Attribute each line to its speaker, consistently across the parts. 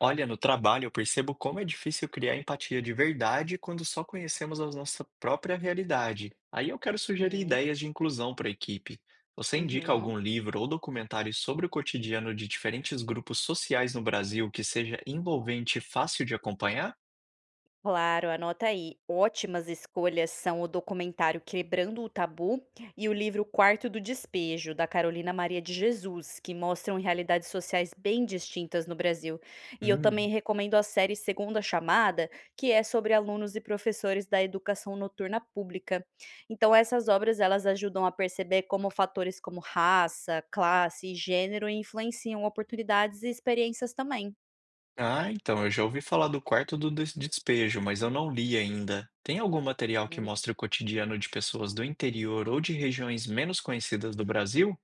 Speaker 1: Olha, no trabalho eu percebo como é difícil criar empatia de verdade quando só conhecemos a nossa própria realidade. Aí eu quero sugerir
Speaker 2: Sim.
Speaker 1: ideias de inclusão para a equipe. Você indica
Speaker 2: Uhum.
Speaker 1: algum livro ou documentário sobre o cotidiano de diferentes grupos sociais no Brasil que seja envolvente e fácil de acompanhar?
Speaker 2: Claro, anota aí. Ótimas escolhas são o documentário Quebrando o Tabu e o livro Quarto do Despejo, da Carolina Maria de Jesus, que mostram realidades sociais bem distintas no Brasil. E eu também
Speaker 1: Hum.
Speaker 2: recomendo a série Segunda Chamada, que é sobre alunos e professores da educação noturna pública. Então, essas obras elas ajudam a perceber como fatores como raça, classe e gênero influenciam oportunidades e experiências também.
Speaker 1: Ah, então, eu já ouvi falar do quarto do despejo, mas eu não li ainda. Tem algum material que mostre o cotidiano de pessoas do interior ou de regiões menos conhecidas do Brasil?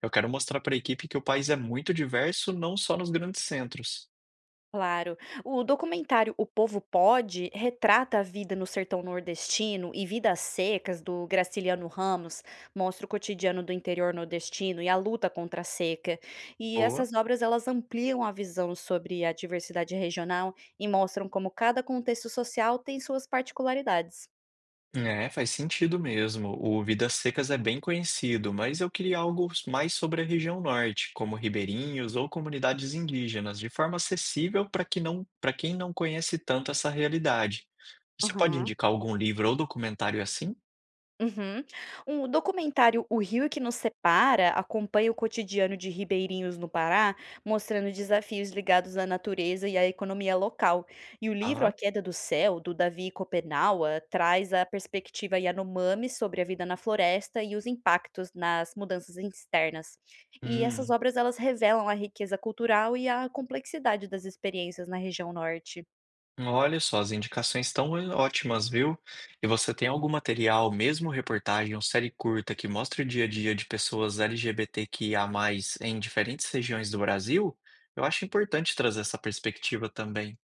Speaker 1: Eu quero mostrar para a equipe que o país é muito diverso, não só nos grandes centros.
Speaker 2: Claro. O documentário O Povo Pode retrata a vida no sertão nordestino e Vidas Secas, do Graciliano Ramos, mostra o cotidiano do interior nordestino e a luta contra a seca. E
Speaker 1: Boa.
Speaker 2: essas obras elas ampliam a visão sobre a diversidade regional e mostram como cada contexto social tem suas particularidades.
Speaker 1: É, faz sentido mesmo. O Vidas Secas é bem conhecido, mas eu queria algo mais sobre a região norte, como ribeirinhos ou comunidades indígenas, de forma acessível para quem não conhece tanto essa realidade. Você pode
Speaker 2: Aham.
Speaker 1: indicar algum livro ou documentário assim?
Speaker 2: Uhum. O documentário O Rio é que Nos Separa acompanha o cotidiano de ribeirinhos no Pará, mostrando desafios ligados à natureza e à economia local. E o livro A
Speaker 1: Ah,
Speaker 2: Queda do Céu, do Davi Kopenawa, traz a perspectiva Yanomami sobre a vida na floresta e os impactos nas mudanças externas. E essas
Speaker 1: hum.
Speaker 2: obras elas revelam a riqueza cultural e a complexidade das experiências na região norte.
Speaker 1: Olha só, as indicações estão ótimas, viu? E você tem algum material, mesmo reportagem ou série curta, que mostra o dia a dia de pessoas LGBTQIA+, em diferentes regiões do Brasil? Eu acho importante trazer essa perspectiva também.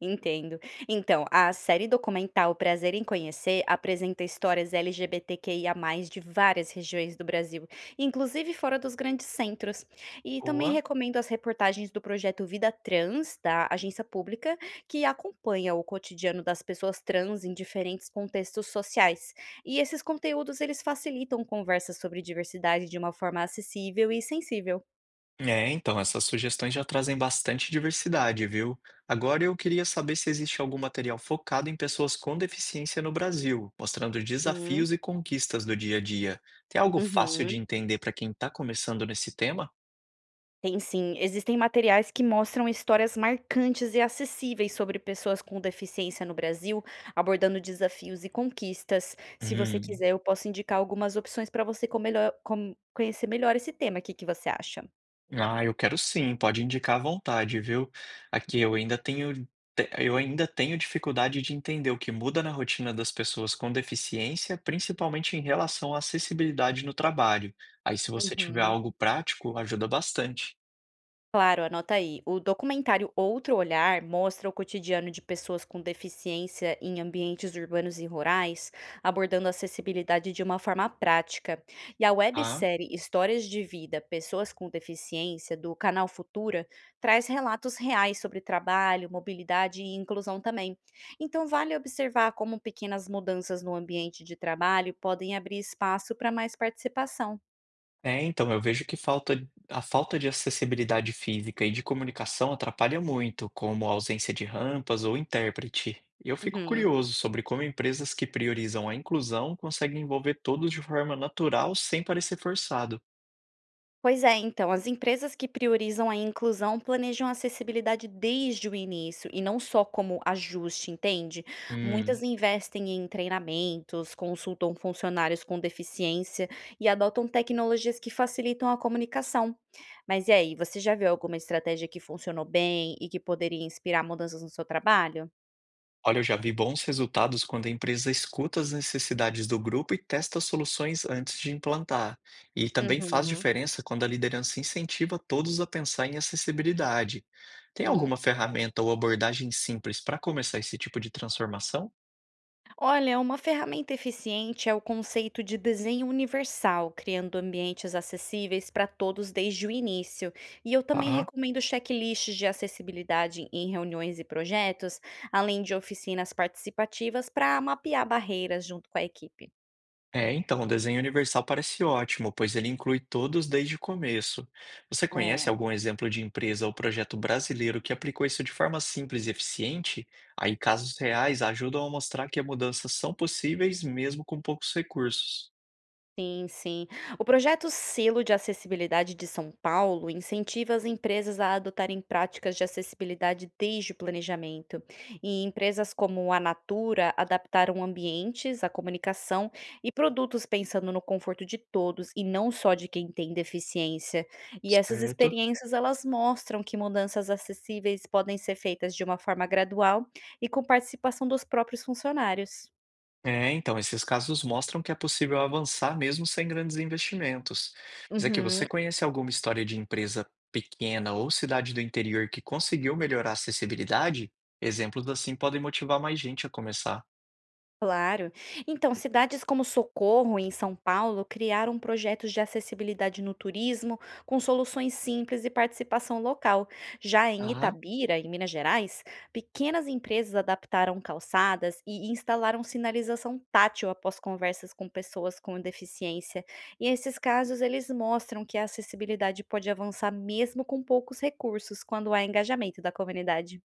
Speaker 2: Entendo. Então, a série documental Prazer em Conhecer apresenta histórias LGBTQIA+, de várias regiões do Brasil, inclusive fora dos grandes centros. E também
Speaker 1: Boa.
Speaker 2: recomendo as reportagens do projeto Vida Trans, da agência pública, que acompanha o cotidiano das pessoas trans em diferentes contextos sociais. E esses conteúdos, eles facilitam conversas sobre diversidade de uma forma acessível e sensível.
Speaker 1: É, então, essas sugestões já trazem bastante diversidade, viu? Agora eu queria saber se existe algum material focado em pessoas com deficiência no Brasil, mostrando
Speaker 2: Uhum.
Speaker 1: desafios e conquistas do dia a dia. Tem algo fácil de
Speaker 2: Uhum.
Speaker 1: entender para quem está começando nesse tema?
Speaker 2: Tem sim. Existem materiais que mostram histórias marcantes e acessíveis sobre pessoas com deficiência no Brasil, abordando desafios e conquistas. Se você
Speaker 1: Hum.
Speaker 2: quiser, eu posso indicar algumas opções para você conhecer melhor esse tema. O que que você acha?
Speaker 1: Ah, eu quero sim, pode indicar à vontade, viu. Aqui eu ainda tenho dificuldade de entender o que muda na rotina das pessoas com deficiência, principalmente em relação à acessibilidade no trabalho. Aí se você tiver
Speaker 2: Uhum.
Speaker 1: algo prático, ajuda bastante.
Speaker 2: Claro, anota aí. O documentário Outro Olhar mostra o cotidiano de pessoas com deficiência em ambientes urbanos e rurais, abordando a acessibilidade de uma forma prática. E a
Speaker 1: Ah.
Speaker 2: websérie Histórias de Vida, Pessoas com Deficiência, do canal Futura, traz relatos reais sobre trabalho, mobilidade e inclusão também. Então, vale observar como pequenas mudanças no ambiente de trabalho podem abrir espaço para mais participação.
Speaker 1: É, então, eu vejo que falta de acessibilidade física e de comunicação atrapalha muito, como a ausência de rampas ou intérprete. Eu fico
Speaker 2: Uhum.
Speaker 1: curioso sobre como empresas que priorizam a inclusão conseguem envolver todos de forma natural sem parecer forçado.
Speaker 2: Pois é, então, as empresas que priorizam a inclusão planejam a acessibilidade desde o início e não só como ajuste, entende? Muitas
Speaker 1: Hum.
Speaker 2: investem em treinamentos, consultam funcionários com deficiência e adotam tecnologias que facilitam a comunicação. Mas e aí, você já viu alguma estratégia que funcionou bem e que poderia inspirar mudanças no seu trabalho?
Speaker 1: Olha, eu já vi bons resultados quando a empresa escuta as necessidades do grupo e testa soluções antes de implantar. E também faz
Speaker 2: Uhum.
Speaker 1: diferença quando a liderança incentiva todos a pensar em acessibilidade. Tem
Speaker 2: Hum,
Speaker 1: alguma ferramenta ou abordagem simples para começar esse tipo de transformação?
Speaker 2: Olha, uma ferramenta eficiente é o conceito de desenho universal, criando ambientes acessíveis para todos desde o início. E eu também
Speaker 1: Tá.
Speaker 2: recomendo checklists de acessibilidade em reuniões e projetos, além de oficinas participativas para mapear barreiras junto com a equipe.
Speaker 1: É, então, o desenho universal parece ótimo, pois ele inclui todos desde o começo. Você conhece
Speaker 2: É.
Speaker 1: algum exemplo de empresa ou projeto brasileiro que aplicou isso de forma simples e eficiente? Aí, casos reais ajudam a mostrar que mudanças são possíveis mesmo com poucos recursos.
Speaker 2: Sim, sim. O projeto Selo de Acessibilidade de São Paulo incentiva as empresas a adotarem práticas de acessibilidade desde o planejamento. E empresas como a Natura adaptaram ambientes, a comunicação e produtos pensando no conforto de todos e não só de quem tem deficiência. E essas
Speaker 1: Certo?
Speaker 2: experiências elas mostram que mudanças acessíveis podem ser feitas de uma forma gradual e com participação dos próprios funcionários.
Speaker 1: É, então, esses casos mostram que é possível avançar mesmo sem grandes investimentos. Mas é que
Speaker 2: Uhum.
Speaker 1: você conhece alguma história de empresa pequena ou cidade do interior que conseguiu melhorar a acessibilidade? Exemplos assim podem motivar mais gente a começar.
Speaker 2: Claro. Então, cidades como Socorro, em São Paulo, criaram projetos de acessibilidade no turismo, com soluções simples e participação local. Já em
Speaker 1: Ah,
Speaker 2: Itabira, em Minas Gerais, pequenas empresas adaptaram calçadas e instalaram sinalização tátil após conversas com pessoas com deficiência. E esses casos, eles mostram que a acessibilidade pode avançar mesmo com poucos recursos, quando há engajamento da comunidade.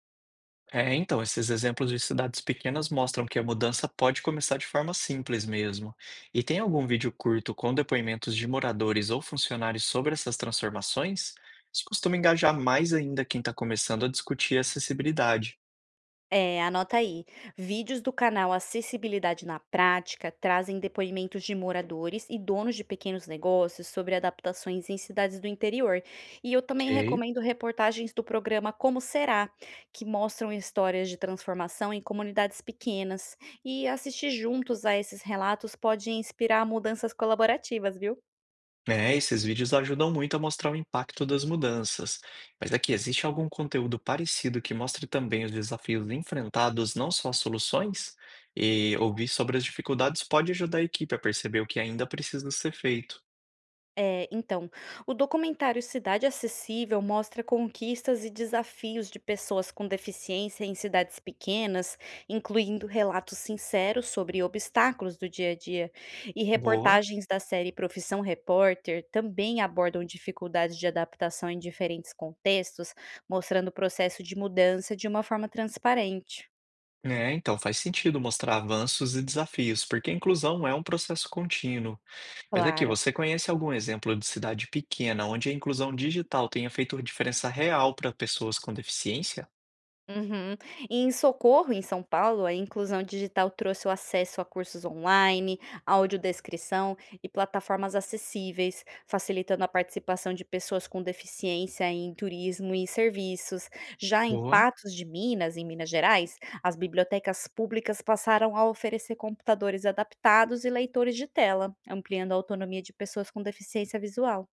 Speaker 1: é, então, esses exemplos de cidades pequenas mostram que a mudança pode começar de forma simples mesmo. E tem algum vídeo curto com depoimentos de moradores ou funcionários sobre essas transformações? Isso costuma engajar mais ainda quem está começando a discutir acessibilidade.
Speaker 2: É, anota aí. Vídeos do canal Acessibilidade na Prática trazem depoimentos de moradores e donos de pequenos negócios sobre adaptações em cidades do interior. E eu também
Speaker 1: Ok.
Speaker 2: recomendo reportagens do programa Como Será, que mostram histórias de transformação em comunidades pequenas. E assistir juntos a esses relatos pode inspirar mudanças colaborativas, viu?
Speaker 1: É, esses vídeos ajudam muito a mostrar o impacto das mudanças. Mas aqui, existe algum conteúdo parecido que mostre também os desafios enfrentados, não só as soluções? E ouvir sobre as dificuldades pode ajudar a equipe a perceber o que ainda precisa ser feito.
Speaker 2: É, então, o documentário Cidade Acessível mostra conquistas e desafios de pessoas com deficiência em cidades pequenas, incluindo relatos sinceros sobre obstáculos do dia a dia. E
Speaker 1: Boa.
Speaker 2: reportagens da série Profissão Repórter também abordam dificuldades de adaptação em diferentes contextos, mostrando o processo de mudança de uma forma transparente.
Speaker 1: É, então faz sentido mostrar avanços e desafios, porque a inclusão é um processo contínuo. Mas aqui,
Speaker 2: Claro.
Speaker 1: você conhece algum exemplo de cidade pequena onde a inclusão digital tenha feito diferença real para pessoas com deficiência?
Speaker 2: Uhum. E em Socorro, em São Paulo, a inclusão digital trouxe o acesso a cursos online, audiodescrição e plataformas acessíveis, facilitando a participação de pessoas com deficiência em turismo e serviços. Já em
Speaker 1: Boa.
Speaker 2: Patos de Minas, em Minas Gerais, as bibliotecas públicas passaram a oferecer computadores adaptados e leitores de tela, ampliando a autonomia de pessoas com deficiência visual.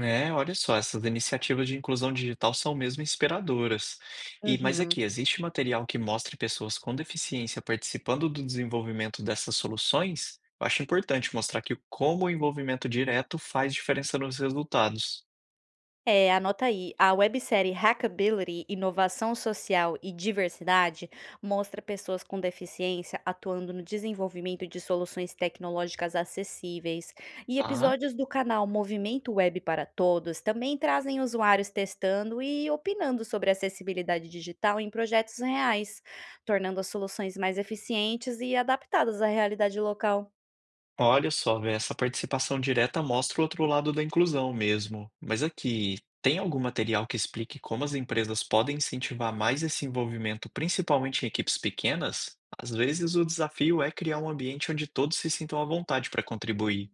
Speaker 1: É, olha só, essas iniciativas de inclusão digital são mesmo inspiradoras. Mas
Speaker 2: Uhum.
Speaker 1: aqui, existe material que mostre pessoas com deficiência participando do desenvolvimento dessas soluções? Eu acho importante mostrar que como o envolvimento direto faz diferença nos resultados.
Speaker 2: É, anota aí. A websérie Hackability, Inovação Social e Diversidade mostra pessoas com deficiência atuando no desenvolvimento de soluções tecnológicas acessíveis. E
Speaker 1: Tá?
Speaker 2: episódios do canal Movimento Web para Todos também trazem usuários testando e opinando sobre acessibilidade digital em projetos reais, tornando as soluções mais eficientes e adaptadas à realidade local.
Speaker 1: Olha só, velho, essa participação direta mostra o outro lado da inclusão mesmo. Mas aqui, tem algum material que explique como as empresas podem incentivar mais esse envolvimento, principalmente em equipes pequenas? Às vezes o desafio é criar um ambiente onde todos se sintam à vontade para contribuir.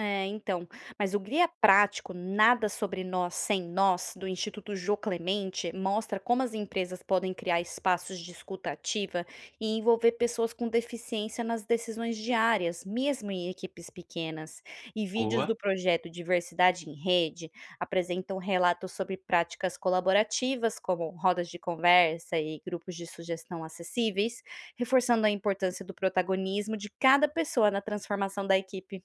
Speaker 2: É, então. Mas o Guia Prático Nada Sobre Nós Sem Nós, do Instituto Jô Clemente, mostra como as empresas podem criar espaços de escuta ativa e envolver pessoas com deficiência nas decisões diárias, mesmo em equipes pequenas. E vídeos
Speaker 1: Boa.
Speaker 2: do projeto Diversidade em Rede apresentam relatos sobre práticas colaborativas, como rodas de conversa e grupos de sugestão acessíveis, reforçando a importância do protagonismo de cada pessoa na transformação da equipe.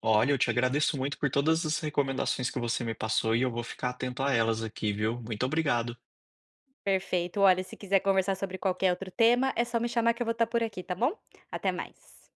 Speaker 1: Olha, eu te agradeço muito por todas as recomendações que você me passou e eu vou ficar atento a elas aqui, viu? Muito obrigado.
Speaker 2: Perfeito. Olha, se quiser conversar sobre qualquer outro tema, é só me chamar que eu vou estar por aqui, tá bom? Até mais.